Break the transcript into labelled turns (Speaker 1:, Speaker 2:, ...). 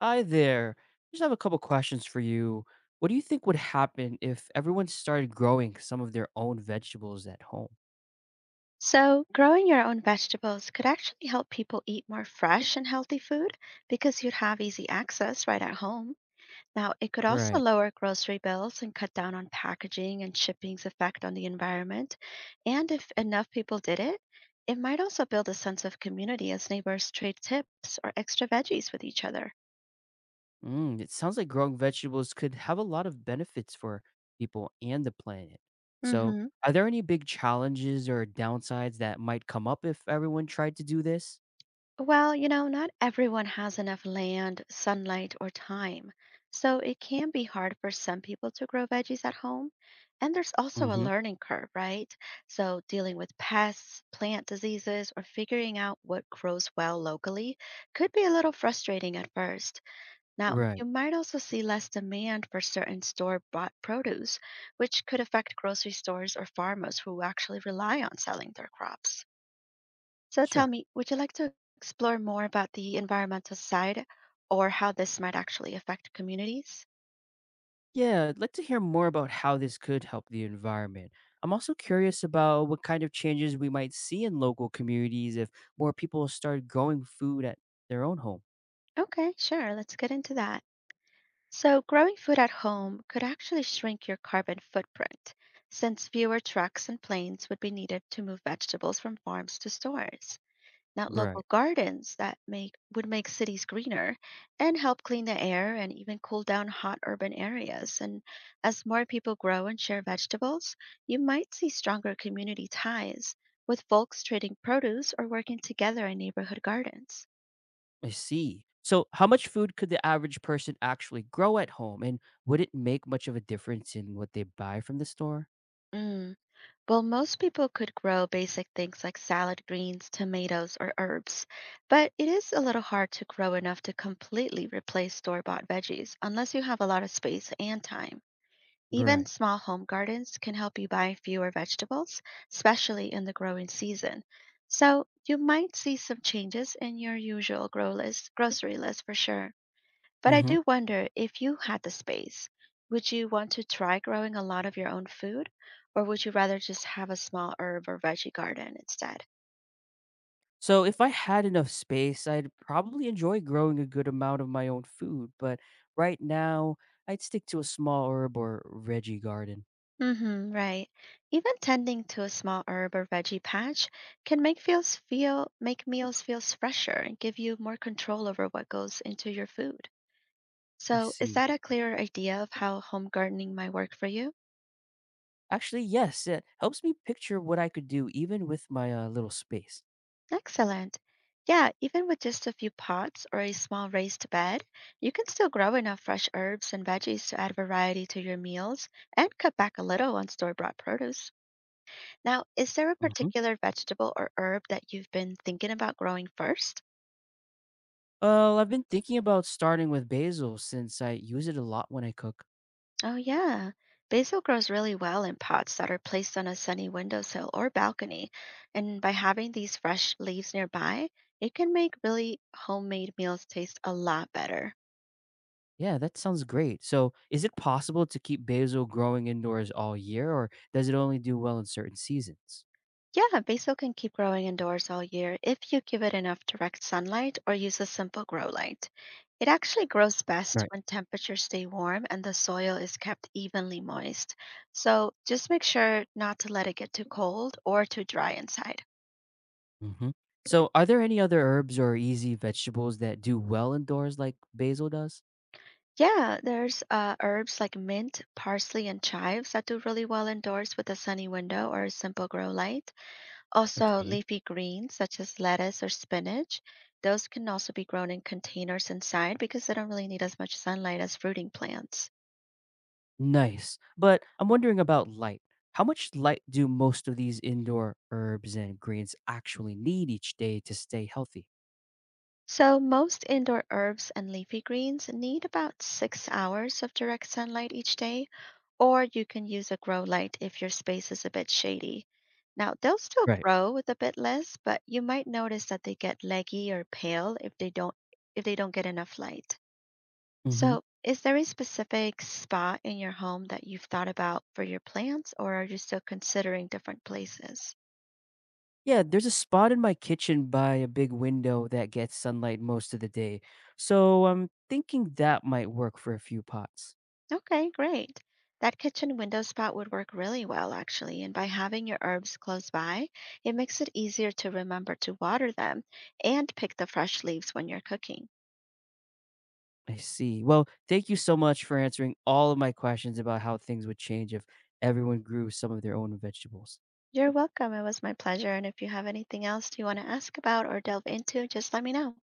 Speaker 1: Hi there. Just have a couple questions for you. What do you think would happen if everyone started growing some of their own vegetables at home?
Speaker 2: So, growing your own vegetables could actually help people eat more fresh and healthy food because you'd have easy access right at home. Now, it could also
Speaker 1: Right.
Speaker 2: lower grocery bills and cut down on packaging and shipping's effect on the environment. And if
Speaker 1: Okay.
Speaker 2: enough people did it, it might also build a sense of community as neighbors trade tips or extra veggies with each other.
Speaker 1: Mm, it sounds like growing vegetables could have a lot of benefits for people and the planet. So,
Speaker 2: Hmm.
Speaker 1: are there any big challenges or downsides that might come up if everyone tried to do this?
Speaker 2: Well, not everyone has enough land, sunlight, or time, so it can be hard for some people to grow veggies at home. And there's also a
Speaker 1: Hmm.
Speaker 2: learning curve, right? So dealing with pests, plant diseases, or figuring out what grows well locally could be a little frustrating at first. Now,
Speaker 1: Right.
Speaker 2: you might also see less demand for certain store-bought produce, which could affect grocery stores or farmers who actually rely on selling their crops. So tell
Speaker 1: Sure.
Speaker 2: me, would you like to explore more about the environmental side or how this might actually affect communities?
Speaker 1: Yeah, I'd like to hear more about how this could help the environment. I'm also curious about what kind of changes we might see in local communities if more people start growing food at their own home.
Speaker 2: Okay, sure, let's get into that. So, growing food at home could actually shrink your carbon footprint, since fewer trucks and planes would be needed to move vegetables from farms to stores. Now,
Speaker 1: Right.
Speaker 2: local gardens that make would make cities greener and help clean the air and even cool down hot urban areas. And as more people grow and share vegetables, you might see stronger community ties with folks trading produce or working together in neighborhood gardens.
Speaker 1: I see. So, how much food could the average person actually grow at home? And would it make much of a difference in what they buy from the store?
Speaker 2: Mm. Well, most people could grow basic things like salad greens, tomatoes, or herbs, but it is a little hard to grow enough to completely replace store bought veggies unless you have a lot of space and time. Even
Speaker 1: Right.
Speaker 2: small home gardens can help you buy fewer vegetables, especially in the growing season. So you might see some changes in your usual grocery list for sure. But I
Speaker 1: Mm-hmm.
Speaker 2: do wonder if you had the space, would you want to try growing a lot of your own food, or would you rather just have a small herb or veggie garden instead?
Speaker 1: So, if I had enough space, I'd probably enjoy growing a good amount of my own food. But right now, I'd stick to a small herb or veggie garden.
Speaker 2: Mm-hmm, right. Even tending to a small herb or veggie patch can make meals feel fresher and give you more control over what goes into your food.
Speaker 1: I
Speaker 2: So, is
Speaker 1: see.
Speaker 2: that a clearer idea of how home gardening might work for you?
Speaker 1: Actually, yes, it helps me picture what I could do even with my little space.
Speaker 2: Excellent. Yeah, even with just a few pots or a small raised bed, you can still grow enough fresh herbs and veggies to add variety to your meals and cut back a little on store-bought produce. Now, is there a
Speaker 1: Hmm.
Speaker 2: particular vegetable or herb that you've been thinking about growing first?
Speaker 1: Well, I've been thinking about starting with basil since I use it a lot when I cook.
Speaker 2: Oh, yeah. Basil grows really well in pots that are placed on a sunny windowsill or balcony. And by having these fresh leaves nearby, it can make really homemade meals taste a lot better.
Speaker 1: Yeah, that sounds great. So, is it possible to keep basil growing indoors all year, or does it only do well in certain seasons?
Speaker 2: Yeah, basil can keep growing indoors all year if you give it enough direct sunlight or use a simple grow light. It actually grows best
Speaker 1: Right.
Speaker 2: when temperatures stay warm and the soil is kept evenly moist. So just make sure not to let it get too cold or too dry inside.
Speaker 1: Hmm. So, are there any other herbs or easy vegetables that do well indoors like basil does?
Speaker 2: Yeah, there's herbs like mint, parsley, and chives that do really well indoors with a sunny window or a simple grow light. Also,
Speaker 1: Okay.
Speaker 2: leafy greens such as lettuce or spinach. Those can also be grown in containers inside because they don't really need as much sunlight as fruiting plants.
Speaker 1: Nice. But I'm wondering about light. How much light do most of these indoor herbs and greens actually need each day to stay healthy?
Speaker 2: So, most indoor herbs and leafy greens need about 6 hours of direct sunlight each day, or you can use a grow light if your space is a bit shady. Now, they'll still
Speaker 1: Right.
Speaker 2: grow with a bit less, but you might notice that they get leggy or pale if they don't get enough light.
Speaker 1: Hmm.
Speaker 2: So, is there a specific spot in your home that you've thought about for your plants or are you still considering different places?
Speaker 1: Yeah, there's a spot in my kitchen by a big window that gets sunlight most of the day. So I'm thinking that might work for a few pots.
Speaker 2: Okay, great. That kitchen window spot would work really well actually, and by having your herbs close by, it makes it easier to remember to water them and pick the fresh leaves when you're cooking.
Speaker 1: I see. Well, thank you so much for answering all of my questions about how things would change if everyone grew some of their own vegetables.
Speaker 2: You're welcome. It was my pleasure. And if you have anything else you want to ask about or delve into, just let me know.